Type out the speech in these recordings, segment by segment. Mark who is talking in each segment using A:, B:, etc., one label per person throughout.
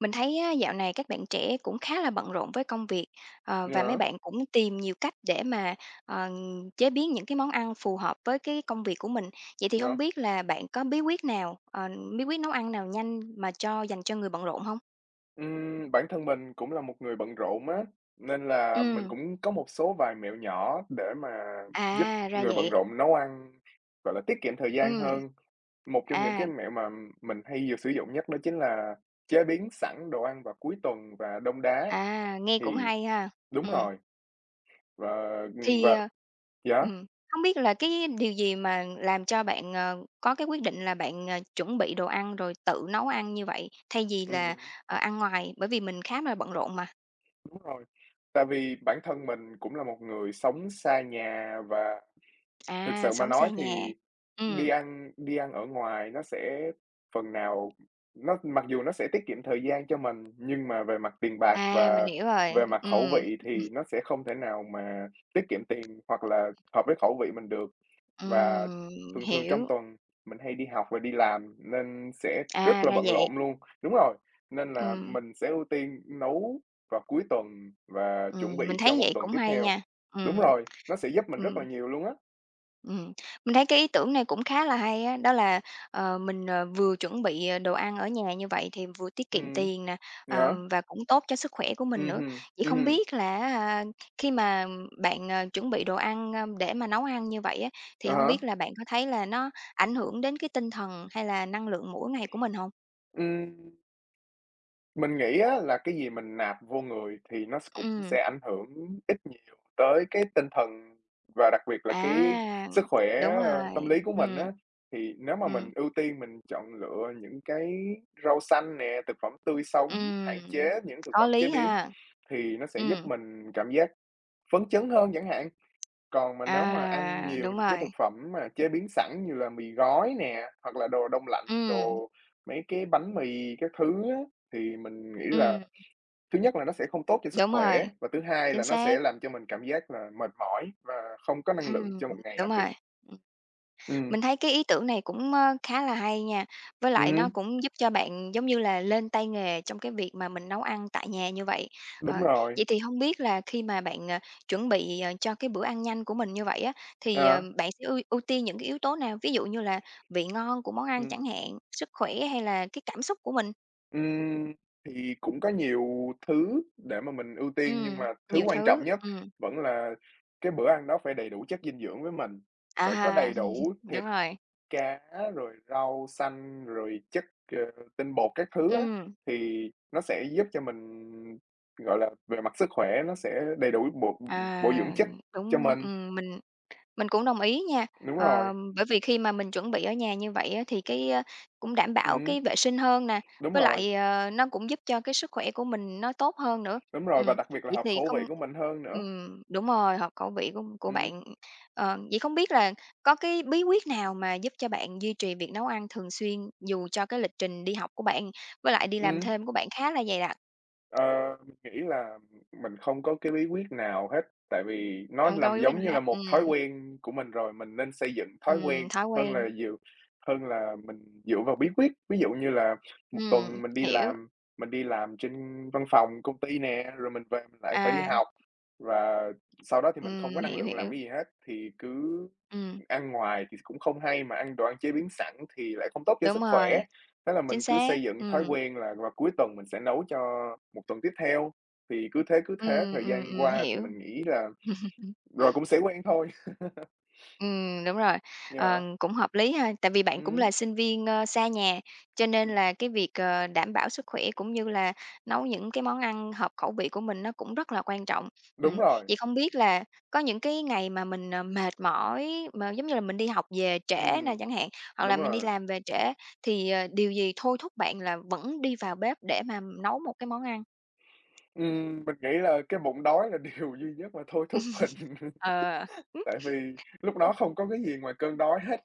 A: Mình thấy á, dạo này các bạn trẻ cũng khá là bận rộn với công việc, và mấy
B: Yeah,
A: bạn cũng tìm nhiều cách để mà, ờ, chế biến những cái món ăn phù hợp với cái công việc của mình. Vậy thì
B: yeah.
A: không biết là bạn có bí quyết nào, bí quyết nấu ăn nào nhanh mà cho dành cho người bận rộn không?
B: Ừm, bản thân mình cũng là một người bận rộn á, nên là mình
A: Ừ,
B: cũng có một số vài mẹo nhỏ để mà giúp
A: à, ra
B: người bận
A: vậy.
B: rộn nấu ăn, gọi là, tiết kiệm thời gian
A: Ừ,
B: hơn. Một trong những cái
A: à,
B: mẹo mà mình hay vừa sử dụng nhất đó chính là chế biến sẵn đồ ăn vào cuối tuần và đông đá.
A: à, nghe cũng
B: Thì
A: hay ha.
B: đúng
A: Ừm.
B: rồi, và, ừm,
A: Thì,
B: và yeah,
A: ừm, hông biết là cái điều gì mà làm cho bạn, có cái quyết định là bạn, chuẩn bị đồ ăn rồi tự nấu ăn như vậy, thay vì là,
B: ừm,
A: ăn ngoài? Bởi vì mình khá là bận rộn mà.
B: đúng rồi. Tại vì bản thân mình cũng là một người sống xa nhà. Và thực
A: À,
B: sự mà
A: sống
B: nói
A: xa nhà.
B: thì
A: Ừm,
B: đi ăn ở ngoài nó sẽ phần nào, nó mặc dù nó sẽ tiết kiệm thời gian cho mình, nhưng mà về mặt tiền bạc
A: à, mình
B: và
A: hiểu rồi.
B: về mặt khẩu vị thì nó sẽ không thể nào mà tiết kiệm tiền hoặc là hợp với khẩu vị mình được. Và
A: Ừm,
B: thường thường trong
A: hiểu.
B: tuần mình hay đi học và đi làm nên sẽ rất
A: À,
B: là
A: ra
B: bận
A: vậy.
B: rộn luôn. Đúng rồi, nên là
A: Ừm,
B: mình sẽ ưu tiên nấu vào cuối tuần và chuẩn
A: mình
B: bị cho
A: thấy
B: một
A: vậy
B: tuần
A: cũng
B: tiếp
A: hay
B: theo.
A: nha.
B: Đúng
A: Ừm.
B: rồi, nó sẽ giúp mình rất
A: Ừm.
B: là nhiều luôn á.
A: Ừm, mình thấy cái ý tưởng này cũng khá là hay á, đó là, mình, vừa chuẩn bị, đồ ăn ở nhà như vậy thì vừa tiết kiệm
B: Ừm.
A: tiền nè,
B: Yeah.
A: và cũng tốt cho sức khỏe của mình nữa.
B: Mhm,
A: Vậy không
B: mhm,
A: biết là á ha, khi mà bạn, chuẩn bị đồ ăn, để mà nấu ăn như vậy á,
B: à
A: thì hông biết
B: há.
A: là bạn có thấy là nó ảnh hưởng đến cái tinh thần hay là năng lượng mỗi ngày của mình hông?
B: Ừm, mình nghĩ á là cái gì mình nạp vô người thì nó cũng
A: Ừm,
B: sẽ ảnh hưởng ít nhiều tới cái tinh thần và đặc biệt là cái
A: à,
B: sức khỏe,
A: đúng
B: tâm
A: rồi,
B: lý của mình
A: ừm,
B: á. Thì nếu mà
A: ừm,
B: mình ưu tiên mình chọn lựa những cái rau xanh nè, thực phẩm tươi sống,
A: ừm,
B: hạn chế những thực
A: có
B: phẩm chế
A: lý
B: biến
A: ha.
B: thì nó sẽ giúp
A: Ừm.
B: mình cảm giác phấn chấn hơn chẳng hạn. Còn mà nếu mà ăn
A: À,
B: nhiều
A: đúng
B: những cái
A: rồi.
B: thực phẩm mà chế biến sẵn như là mì gói nè, hoặc là đồ đông lạnh,
A: Ừm,
B: đồ mấy cái bánh mì các thứ á, thì mình nghĩ là
A: ừm,
B: thứ nhất là nó sẽ không tốt cho sức
A: đúng
B: khỏe,
A: rồi,
B: và thứ hai là
A: chính
B: nó
A: xác.
B: sẽ làm cho mình cảm giác là mệt mỏi và không có năng lượng
A: Ừm,
B: cho một ngày
A: đúng
B: làm việc.
A: rồi. Ừm,
B: Ừm,
A: mình thấy cái ý tưởng này cũng, khá là hay nha, với lại nó
B: ừm,
A: cũng giúp cho bạn, giống như là, lên tay nghề trong cái việc mà mình nấu ăn tại nhà như vậy.
B: đúng
A: Ờ,
B: rồi,
A: vậy thì hông biết là khi mà bạn, chuẩn bị, cho cái bữa ăn nhanh của mình như vậy á, thì,
B: ờ,
A: bạn sẽ ưu ưu tiên những cái yếu tố nào? Ví dụ như là vị ngon của món ăn
B: ừm,
A: chẳng hạn, sức khỏe hay là cái cảm xúc của mình?
B: ừm, thì cũng có nhiều thứ để mà mình ưu tiên, nhưng
A: Ừm,
B: mà thứ
A: nhiều
B: quan trọng
A: thứ,
B: nhất vẫn là cái bữa ăn đó phải đầy đủ chất dinh dưỡng với mình,
A: à
B: phải có đầy
A: ha,
B: đủ thì
A: đúng rồi.
B: cá rồi rau xanh, rồi chất, tinh bột các thứ á,
A: Ừm,
B: thì nó sẽ giúp cho mình, gọi là, về mặt sức khỏe nó sẽ đầy đủ bổ bổ dưỡng
A: à,
B: chất cho
A: đúng,
B: mình.
A: mình cũng đồng ý nha.
B: Đúng rồi,
A: Ờ, bởi vì khi mà mình chuẩn bị ở nhà như vậy á, thì cái, cũng đảm bảo
B: ừm,
A: cái vệ sinh hơn nè,
B: đúng
A: với
B: rồi,
A: lại, nó cũng giúp cho cái sức khỏe của mình nó tốt hơn nữa.
B: đúng rồi, và
A: Ừm,
B: đặc biệt là
A: vậy
B: hợp
A: thì
B: khẩu vị
A: không
B: của mình hơn nữa.
A: đúng rồi, hợp khẩu vị của
B: Ừm,
A: bạn. Ờ, vậy không biết là có cái bí quyết nào mà giúp cho bạn duy trì việc nấu ăn thường xuyên dù cho cái lịch trình đi học của bạn với lại đi làm
B: ừm.
A: thêm của bạn khá là dày đặc?
B: Ờ, mình nghĩ là mình không có cái bí quyết nào hết, tại vì nó
A: Không có
B: làm
A: bí quyết
B: giống
A: nào
B: như
A: hết.
B: là một thói quen của mình rồi, mình nên xây dựng thói quen
A: Thói
B: hơn
A: quen.
B: là dựa hơn là mình dựa vào bí quyết. Ví dụ như là một tuần mình đi
A: Hiểu,
B: làm mình đi làm trên văn phòng công ty nè, rồi mình về mình lại phải đi
A: à,
B: học và sau đó thì mình không có năng
A: hiểu,
B: lượng làm
A: hiểu,
B: cái gì hết, thì cứ
A: ừm,
B: ăn ngoài thì cũng không hay, mà ăn đồ ăn chế biến sẵn thì lại không tốt cho
A: đúng
B: sức khỏe.
A: rồi,
B: Thế là
A: chính
B: mình cứ
A: xác,
B: xây dựng thói
A: ừm,
B: quen là vào cuối tuần mình sẽ nấu cho một tuần tiếp theo, thì cứ thế thời gian qua thì
A: hiểu.
B: mình nghĩ là rồi cũng sẽ quen thôi.
A: Đúng rồi,
B: Yeah,
A: cũng hợp lý ha, tại vì bạn cũng
B: ừm,
A: là sinh viên, xa nhà, cho nên
B: ừm,
A: là cái việc, đảm bảo sức khỏe cũng như là nấu những cái món ăn hợp khẩu vị của mình nó cũng rất là quan trọng.
B: đúng
A: Ừm,
B: rồi,
A: vậy không biết là có những cái ngày mà mình, mệt mỏi, mà giống như là mình đi học về trễ nè
B: ừm,
A: chẳng hạn, hoặc
B: đúng
A: là mình đi
B: rồi.
A: làm về trễ thì, điều gì thôi thúc bạn là vẫn đi vào bếp để mà nấu một cái món ăn?
B: Mình nghĩ là cái bụng đói là điều duy nhất mà thôi thúc mình,
A: Ờ,
B: tại vì lúc đó không có cái gì ngoài cơn đói hết.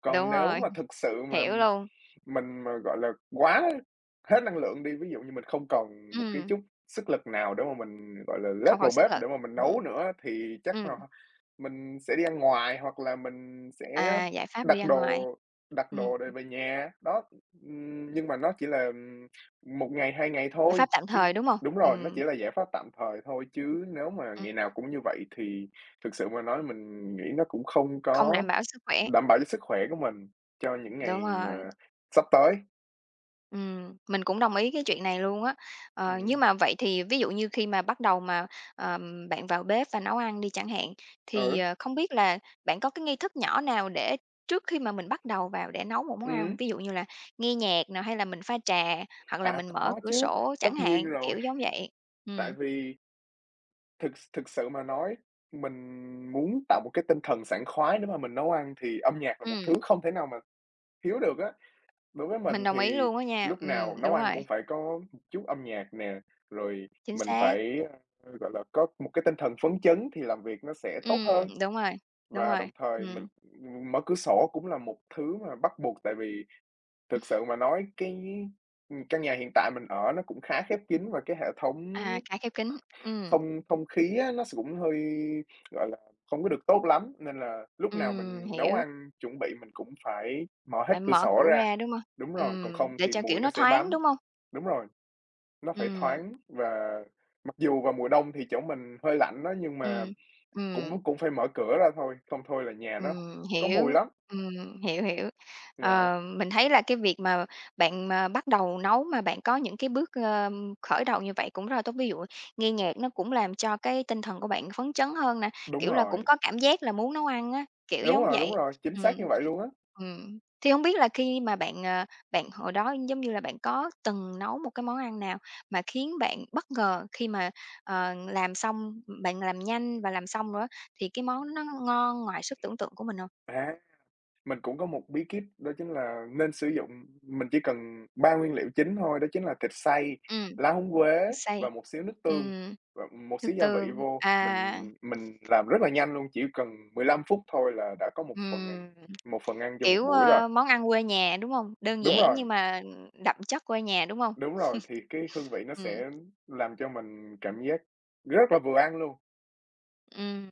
B: Còn
A: đúng
B: nếu
A: rồi,
B: mà thực sự mà
A: hiểu luôn,
B: mình mà, gọi là, quá hết năng lượng đi, ví dụ như mình không còn một cái
A: ừm,
B: chút sức lực nào để mà mình, gọi là, lết
A: không còn
B: vào
A: sức
B: bếp
A: lực,
B: để mà mình
A: ừm.
B: nấu nữa thì chắc
A: Ừm.
B: là mình sẽ đi ăn ngoài hoặc là mình sẽ
A: À, giải pháp đi
B: đặt
A: ra
B: đồ
A: ngoài.
B: đặt
A: Ừm,
B: đồ để về nhà. Đó, nhưng mà nó chỉ là một ngày, 2 ngày
A: giải
B: thôi,
A: pháp tạm
B: chứ
A: thời, đúng hông?
B: đúng rồi, nó chỉ là giải pháp tạm thời thôi, chứ nếu mà
A: Ừm,
B: ngày nào cũng như vậy thì thực sự mà nói mình nghĩ nó cũng không
A: không đảm
B: có
A: bảo sức khỏe.
B: đảm bảo cho sức khỏe của mình cho những
A: Đúng
B: ngày
A: rồi,
B: mà sắp tới,
A: mình cũng đồng ý cái chuyện này luôn á.
B: ừ,
A: Ờ, nhưng mà vậy thì ví dụ như khi mà bắt đầu mà, bạn vào bếp và nấu ăn đi chẳng hạn,
B: ừ,
A: thì, không biết là bạn có cái nghi thức nhỏ nào để trước khi mà mình bắt đầu vào để nấu một món ăn
B: ừm,
A: hông? Ví dụ như là nghe nhạc nè, hay là mình pha trà, hoặc là
B: à,
A: mình mở
B: có
A: cửa
B: chứ,
A: sổ
B: tất
A: chẳng
B: nhiên
A: hạn,
B: rồi,
A: kiểu giống vậy.
B: tại
A: Ừm,
B: vì thực thực sự mà nói, mình muốn tạo một cái tinh thần sảng khoái để mà mình nấu ăn thì âm nhạc là một thứ
A: ừm,
B: không thể nào mà thiếu được á. Đối với
A: mình
B: mình
A: đồng ý
B: thì
A: luôn á nha.
B: lúc nào nấu
A: Đúng
B: ăn
A: rồi,
B: cũng phải có một chút âm nhạc nè, rồi
A: chính
B: mình
A: xác.
B: phải, gọi là, có một cái tinh thần phấn chấn thì làm việc nó sẽ tốt
A: Ừm,
B: hơn.
A: đúng rồi, đúng
B: Và
A: rồi,
B: đồng thời mình
A: ừm,
B: mở cửa sổ cũng là một thứ mà bắt buộc, tại vì thực sự mà nói cái căn nhà hiện tại mình ở nó cũng khá khép kín và cái hệ thống
A: à, cả khép kín,
B: thông thông khí á, nó cũng hơi, gọi là, không có được tốt lắm, nên là lúc nào mình nấu
A: hiểu,
B: ăn, chuẩn bị mình cũng phải mở hết
A: bạn
B: cửa
A: mở
B: sổ
A: cửa
B: ra.
A: ra, đúng hông?
B: Đúng rồi, còn không
A: Để
B: thì
A: cho,
B: mùi
A: kiểu,
B: nó
A: nó
B: sẽ
A: thoáng,
B: bám.
A: đúng hông?
B: Đúng rồi, nó phải
A: Ừm,
B: thoáng và mặc dù vào mùa đông thì chỗ mình hơi lạnh đó, nhưng mà
A: ừm, ừm,
B: cũng cũng phải mở cửa ra thôi, không thôi là nhà nó có mùi
A: hiểu,
B: lắm.
A: hiểu, hiểu.
B: Dạ,
A: Ờ, mình thấy là cái việc mà bạn mà bắt đầu nấu mà bạn có những cái bước, khởi đầu như vậy cũng rất là tốt, ví dụ nghe nhạc nó cũng làm cho cái tinh thần của bạn phấn chấn hơn nè,
B: đúng
A: kiểu là, cũng
B: rồi,
A: có cảm giác là muốn nấu ăn á, kiểu
B: đúng
A: giống
B: rồi, đúng
A: vậy,
B: rồi, chính
A: ừm.
B: xác như vậy luôn á.
A: Thì hông biết là khi mà bạn hồi đó, giống như là, bạn có từng nấu một cái món ăn nào mà khiến bạn bất ngờ khi mà, làm xong bạn làm nhanh và làm xong rồi á, thì cái món nó ngon ngoài sức tưởng tượng của mình hông?
B: À. Mình cũng có một bí kíp đó chính là nên sử dụng mình chỉ cần 3 nguyên liệu chính thôi, đó chính là thịt xay,
A: Ừm,
B: lá húng
A: nước
B: quế
A: sôi.
B: và một xíu nước tương
A: Ừm,
B: và một
A: nước
B: xíu gia vị
A: tương,
B: vô.
A: à,
B: Mình làm rất là nhanh luôn, chỉ cần 15 phút thôi là đã có một phần ăn
A: ừm,
B: một phần ăn cho một
A: kiểu,
B: buổi rồi.
A: món ăn quê nhà, đúng hông? Đơn
B: Đúng
A: giản
B: rồi,
A: nhưng mà đậm chất quê nhà, đúng hông?
B: đúng rồi, thì cái hương vị nó
A: Ừm,
B: sẽ làm cho mình cảm giác rất là vừa ăn luôn.
A: ừm.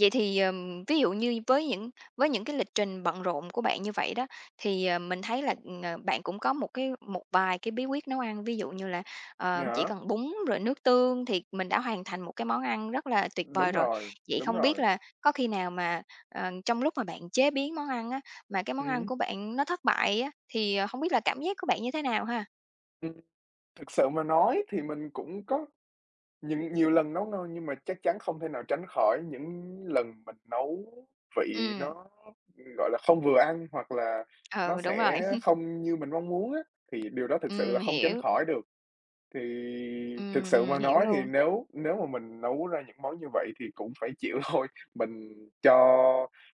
A: Vậy thì, ví dụ như với những cái lịch trình bận rộn của bạn như vậy đó, thì, mình thấy là, bạn cũng có một cái một vài cái bí quyết nấu ăn, ví dụ như là, chỉ
B: Nhở?
A: cần bún rồi nước tương thì mình đã hoàn thành một cái món ăn rất là tuyệt
B: Đúng
A: vời rồi.
B: rồi,
A: Vậy
B: đúng
A: không biết
B: rồi.
A: là có khi nào mà, trong lúc mà bạn chế biến món ăn á, mà cái món ăn
B: Ừm,
A: của bạn nó thất bại á, thì, hông biết là cảm giác của bạn như thế nào ha?
B: ừm, thực sự mà nói thì mình cũng có nhưng nhiều lần nấu ngon nhưng mà chắc chắn không thể nào tránh khỏi những lần mình nấu vị
A: Ừm,
B: nó, gọi là, không vừa ăn hoặc là nó
A: ừ, đúng
B: sẽ
A: rồi.
B: không như mình mong muốn á, thì điều đó thực sự là không tránh
A: Hiểu,
B: khỏi được. Thì thực sự mà
A: hiểu
B: nói thì
A: luôn.
B: nếu nếu mà mình nấu ra những món như vậy thì cũng phải chịu thôi, mình cho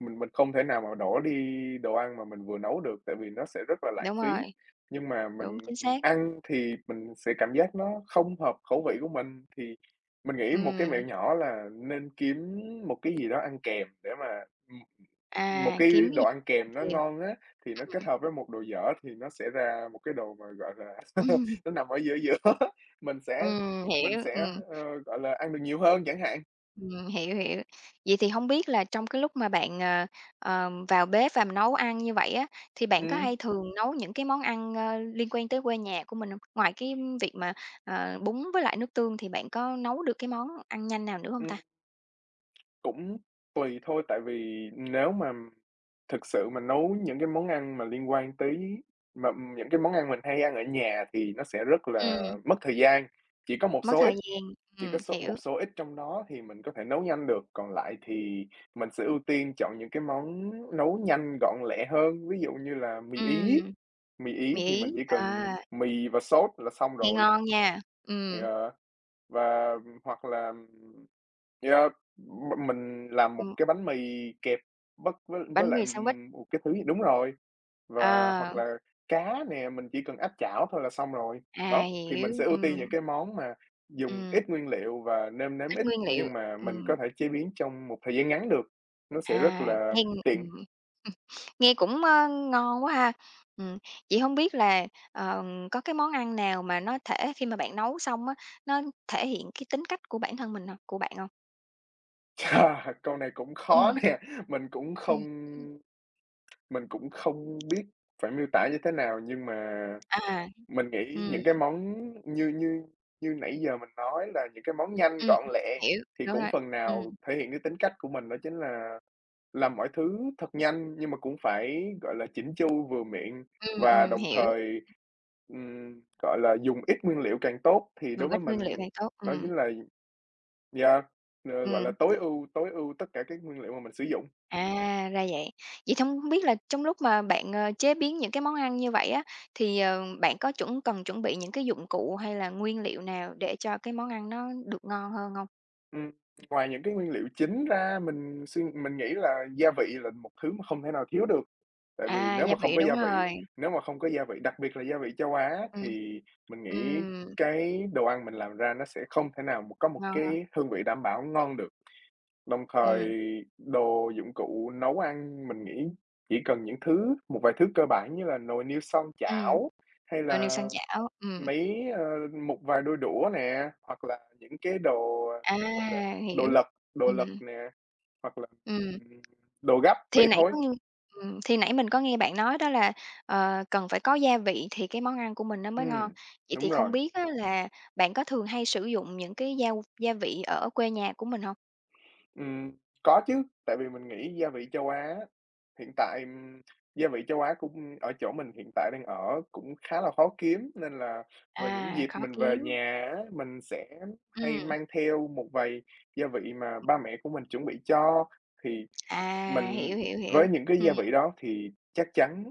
B: mình không thể nào mà đổ đi đồ ăn mà mình vừa nấu được, tại vì nó sẽ rất là lãng
A: Đúng
B: phí.
A: rồi,
B: Nhưng mà
A: đúng,
B: mình
A: chính xác.
B: ăn thì mình sẽ cảm giác nó không hợp khẩu vị của mình, thì mình nghĩ một cái mẹo
A: Ừm.
B: nhỏ là nên kiếm một cái gì đó ăn kèm để mà một
A: À,
B: cái
A: kiếm cái
B: đồ
A: gì
B: ăn
A: không
B: kèm nó
A: kìm.
B: ngon á, thì nó kết hợp với một đồ dở thì nó sẽ ra một cái đồ mà, gọi là, nó nằm ở giữa giữa, mình sẽ mình
A: Hiểu,
B: sẽ, gọi là, ăn được nhiều hơn chẳng hạn.
A: hiểu, hiểu. Vậy thì không biết là trong cái lúc mà bạn, vào bếp và nấu ăn như vậy á, thì bạn có
B: Ừm,
A: hay thường nấu những cái món ăn, liên quan tới quê nhà của mình hông? Ngoài cái việc mà, bún với lại nước tương thì bạn có nấu được cái món ăn nhanh nào nữa không
B: ừm,
A: ta?
B: cũng tùy thôi, tại vì nếu mà thực sự mà nấu những cái món ăn mà liên quan tới mà những cái món ăn mình hay ăn ở nhà thì nó sẽ rất là
A: Ừm,
B: mất thời gian, chỉ có một
A: mất
B: số ít.
A: thời gian,
B: Chỉ có số một
A: hiểu.
B: số ít trong đó thì mình có thể nấu nhanh được, còn lại thì mình sẽ ưu tiên chọn những cái món nấu nhanh gọn lẹ hơn, ví dụ như là mì Ý.
A: Ừm,
B: Mì Ý
A: mì
B: thì
A: Ý,
B: mình chỉ
A: à,
B: cần mì và sốt là xong
A: nghe
B: rồi,
A: ngon nha.
B: ờ, và hoặc là yeah, mình làm một
A: Ừm,
B: cái bánh mì kẹp bất với
A: bánh
B: lại,
A: mì sandwich,
B: một cái thứ gì đúng rồi,
A: ờ,
B: và hoặc là cá nè, mình chỉ cần áp chảo thôi là xong rồi. Đó,
A: à,
B: thì mình
A: hiểu,
B: sẽ ưu tiên những cái món mà dùng
A: ừm.
B: ít nguyên liệu và nêm nếm
A: Ít
B: ít,
A: nguyên liệu,
B: nhưng mà mình
A: ừm,
B: có thể chế biến trong một thời gian ngắn được, nó sẽ rất
A: à,
B: là
A: nghe
B: tiện.
A: ừm, nghe cũng, ngon quá ha. Ừm, vậy hông biết là, ờ, có cái món ăn nào mà nó thể khi mà bạn nấu xong á, nó thể hiện cái tính cách của bản thân mình hông, của bạn hông?
B: Chà, câu này cũng khó
A: Ừm,
B: nè, mình cũng không
A: ừm, ừm.
B: mình cũng không biết phải miêu tả như thế nào, nhưng mà
A: À,
B: mình nghĩ
A: ừm,
B: những cái món như như như nãy giờ mình nói là những cái món nhanh,
A: ừm,
B: gọn
A: ừm,
B: lẹ
A: hiểu,
B: thì
A: đúng
B: cũng
A: rồi.
B: phần
A: Ừm,
B: nào thể hiện cái tính cách của mình, đó chính là làm mọi thứ thật nhanh nhưng mà cũng phải, gọi là, chỉn chu, vừa miệng và đồng
A: hiểu,
B: thời, gọi là, dùng ít nguyên liệu càng tốt. Thì
A: dùng
B: đối với
A: ít nguyên liệu
B: mình
A: càng tốt,
B: đó chính là yeah, gọi là,
A: ừm.
B: tối ưu tất cả các nguyên liệu mà mình sử dụng.
A: À, ra vậy. Vậy thì hông biết là trong lúc mà bạn, chế biến những cái món ăn như vậy á, thì, bạn có cần chuẩn bị những cái dụng cụ hay là nguyên liệu nào để cho cái món ăn nó được ngon hơn không?
B: Ừm, Ngoài những cái nguyên liệu chính ra mình nghĩ là gia vị là một thứ mà không thể nào thiếu được, tại vì
A: À,
B: nếu
A: gia
B: mà không
A: vị,
B: có
A: đúng
B: gia vị
A: rồi.
B: nếu mà không có gia vị, đặc biệt là gia vị châu Á
A: Ừm.
B: thì mình nghĩ
A: Ừm,
B: cái đồ ăn mình làm ra nó sẽ không thể nào mà có một
A: ngon hơn.
B: cái hương vị đảm bảo ngon được. Đồng thời
A: Ừm,
B: đồ dụng cụ nấu ăn mình nghĩ chỉ cần những thứ một vài thứ cơ bản như là nồi niêu xoong
A: ừm,
B: chảo hay
A: nồi niêu xoăn
B: là
A: chảo.
B: mấy, một vài đôi đũa nè, hoặc là những cái đồ,
A: À,
B: gọi là, đồ
A: hiểu.
B: lật đồ lật
A: Ừm,
B: nè, hoặc là,
A: ừm.
B: ừm, đồ gấp
A: Thì
B: vậy
A: nãy
B: thôi.
A: có nghe thì nãy mình có nghe bạn nói đó là, cần phải có gia vị thì cái món ăn của mình nó mới ngon.
B: Ừm,
A: Vậy thì
B: đúng
A: không
B: rồi.
A: biết á là bạn có thường hay sử dụng những cái dao gia vị ở quê nhà của mình hông?
B: Ừm, có chứ, tại vì mình nghĩ gia vị châu Á á, hiện tại, gia vị châu Á cũng ở chỗ mình hiện tại đang ở cũng khá là khó kiếm, nên là vào những
A: À,
B: dịp
A: khó
B: mình về
A: kiếm.
B: nhà á, mình sẽ hay
A: Ừm,
B: mang theo một vài gia vị mà ba mẹ của mình chuẩn bị cho, thì
A: à,
B: mình
A: hiểu, hiểu,
B: với
A: hiểu.
B: những cái
A: Ừm,
B: gia vị đó thì chắc chắn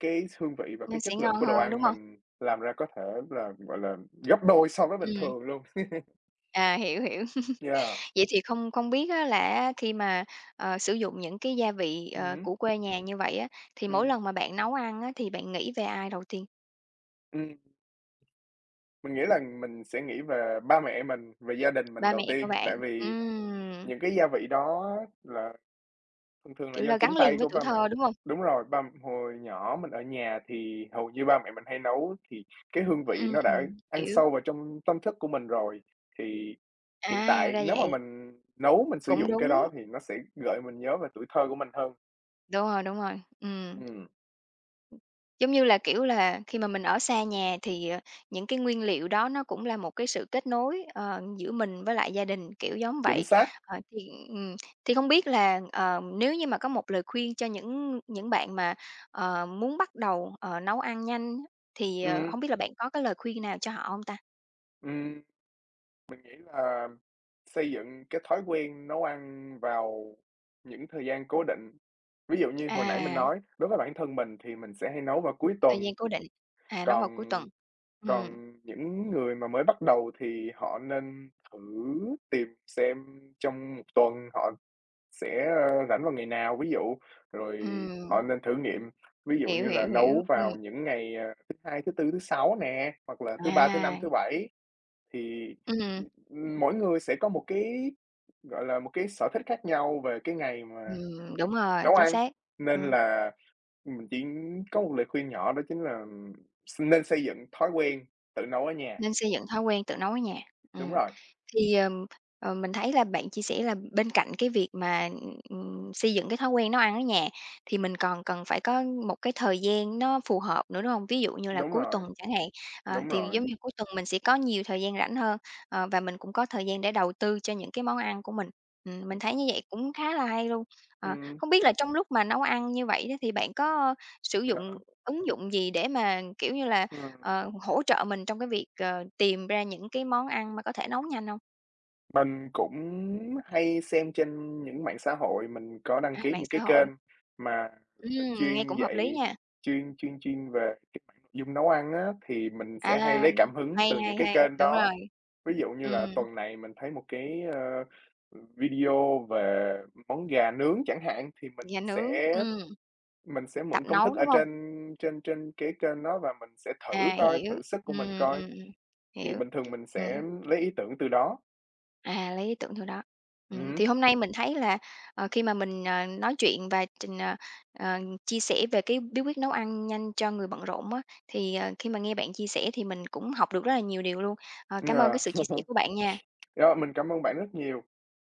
B: cái hương vị và
A: nó
B: cái chất
A: sẽ ngon
B: lượng của đồ
A: hơn, đúng
B: ăn
A: hông?
B: mình làm ra có thể là, gọi là, gấp đôi so với bình
A: Ừm,
B: thường luôn.
A: à, hiểu, hiểu.
B: Yeah.
A: Vậy thì không không biết á là á khi mà, sử dụng những cái gia vị,
B: Ừm
A: của quê nhà như vậy á, thì mỗi
B: ừm,
A: lần mà bạn nấu ăn á thì bạn nghĩ về ai đầu tiên?
B: ừm. Mình nghĩ là mình sẽ nghĩ về ba mẹ mình, về gia đình mình
A: Ba
B: đầu
A: mẹ của
B: tiên,
A: bạn.
B: tại vì
A: Ừm.
B: những cái gia vị đó là thường thường là
A: Kiểu
B: do
A: là,
B: chính
A: gắn
B: tay
A: liền với
B: của
A: tuổi
B: ba mẹ.
A: thơ, đúng hông?
B: Đúng rồi, ba hồi nhỏ mình ở nhà thì hầu như ba mẹ mình hay nấu, thì cái hương vị nó đã ăn
A: Hiểu.
B: sâu vào trong tâm thức của mình rồi, thì hiện
A: À,
B: tại
A: ra
B: nếu mà
A: vậy,
B: mình nấu mình sử
A: cũng
B: dụng cái
A: đúng.
B: đó thì nó sẽ gợi mình nhớ về tuổi thơ của mình hơn.
A: Đúng rồi, đúng rồi.
B: Ừm,
A: Giống như là, kiểu là, khi mà mình ở xa nhà thì, những cái nguyên liệu đó nó cũng là một cái sự kết nối, giữa mình với lại gia đình, kiểu giống
B: chính
A: vậy.
B: xác.
A: Ờ, thì không biết là, nếu như mà có một lời khuyên cho những bạn mà, muốn bắt đầu, nấu ăn nhanh thì,
B: Ừm,
A: hông biết là bạn có cái lời khuyên nào cho họ hông ta?
B: ừm, mình nghĩ là xây dựng cái thói quen nấu ăn vào những thời gian cố định. Ví dụ như hồi nãy mình
A: À,
B: nói, đối với bản thân mình thì mình sẽ hay nấu vào cuối tuần,
A: thời gian cố định, à, nấu
B: còn
A: vào cuối tuần. Ừm.
B: còn những người mà mới bắt đầu thì họ nên thử tìm xem trong 1 tuần họ sẽ, rảnh vào ngày nào, ví dụ, rồi họ
A: Ừm,
B: nên thử nghiệm, ví dụ
A: hiểu,
B: như là
A: hiểu, hiểu,
B: nấu vào những ngày, à, thứ Hai, thứ Tư, thứ Sáu nè, hoặc là thứ Ba, thứ Năm,
A: à,
B: thứ Bảy, thì,
A: ừm,
B: mỗi người sẽ có một cái, gọi là, một cái sở thích khác nhau về cái ngày mà
A: đúng rồi,
B: nấu
A: chính
B: ăn.
A: xác,
B: Nên
A: ừm.
B: là mình chỉ có một lời khuyên nhỏ đó chính là s nên xây dựng thói quen tự nấu ở nhà.
A: Nên xây dựng thói quen tự nấu ở nhà.
B: Đúng
A: Ừm,
B: rồi,
A: thì, ờm, mình thấy là bạn chia sẻ là bên cạnh cái việc mà, xây dựng cái thói quen nấu ăn ở nhà thì mình còn cần phải có một cái thời gian nó phù hợp nữa, đúng hông? Ví dụ như là
B: đúng
A: cuối
B: rồi,
A: tuần chẳng hạn,
B: đúng
A: thì
B: rồi.
A: giống như cuối tuần mình sẽ có nhiều thời gian rảnh hơn, và mình cũng có thời gian để đầu tư cho những cái món ăn của mình. Mình thấy như vậy cũng khá là hay luôn. Ờ,
B: Ừ
A: không biết là trong lúc mà nấu ăn như vậy đó thì bạn có sử dụng
B: đó,
A: ứng dụng gì để mà, kiểu như là,
B: ừm.
A: hỗ trợ mình trong cái việc, tìm ra những cái món ăn mà có thể nấu nhanh không?
B: Mình cũng hay xem trên những mạng xã hội, mình có đăng
A: À,
B: ký
A: mạng
B: những
A: xã
B: cái kênh
A: hội.
B: mà, gọi là,
A: Ừm, nghe
B: chuyên
A: cũng hợp lý
B: dạy
A: nha.
B: chuyên chuyên chuyên về cái mảng nội dung nấu ăn á, thì mình
A: À,
B: sẽ hay lấy cảm hứng
A: hay,
B: từ những
A: hay,
B: cái
A: hay,
B: kênh
A: đúng
B: đó.
A: rồi.
B: Ví dụ như là
A: Ừm,
B: tuần này mình thấy một cái, video về món gà nướng chẳng hạn, thì mình
A: gà nướng,
B: sẽ mình sẽ
A: tập
B: mượn công thức
A: nấu,
B: ở
A: đúng không?
B: trên trên trên cái kênh đó và mình sẽ thử
A: À,
B: coi,
A: hiểu,
B: thử sức của
A: ừm,
B: mình
A: ừm,
B: coi,
A: ừm,
B: thì
A: hiểu,
B: bình thường mình
A: ừm.
B: sẽ lấy ý tưởng từ đó.
A: À, lấy ý tưởng từ đó.
B: Ừm,
A: Thì hôm nay mình thấy là, khi mà mình, nói chuyện và ờ, chia sẻ về cái bí quyết nấu ăn nhanh cho người bận rộn á, thì, khi mà nghe bạn chia sẻ thì mình cũng học được rất là nhiều điều luôn. Ờ, cảm ơn
B: yeah.
A: cái sự chia sẻ của bạn nha.
B: Rồi mình cảm ơn bạn rất nhiều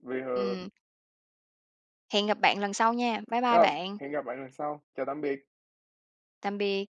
B: vì,
A: Ừm, hẹn gặp bạn lần sau nha. Bye bye
B: yeah,
A: bạn.
B: hẹn gặp bạn lần sau. Chào tạm biệt.
A: Tạm biệt.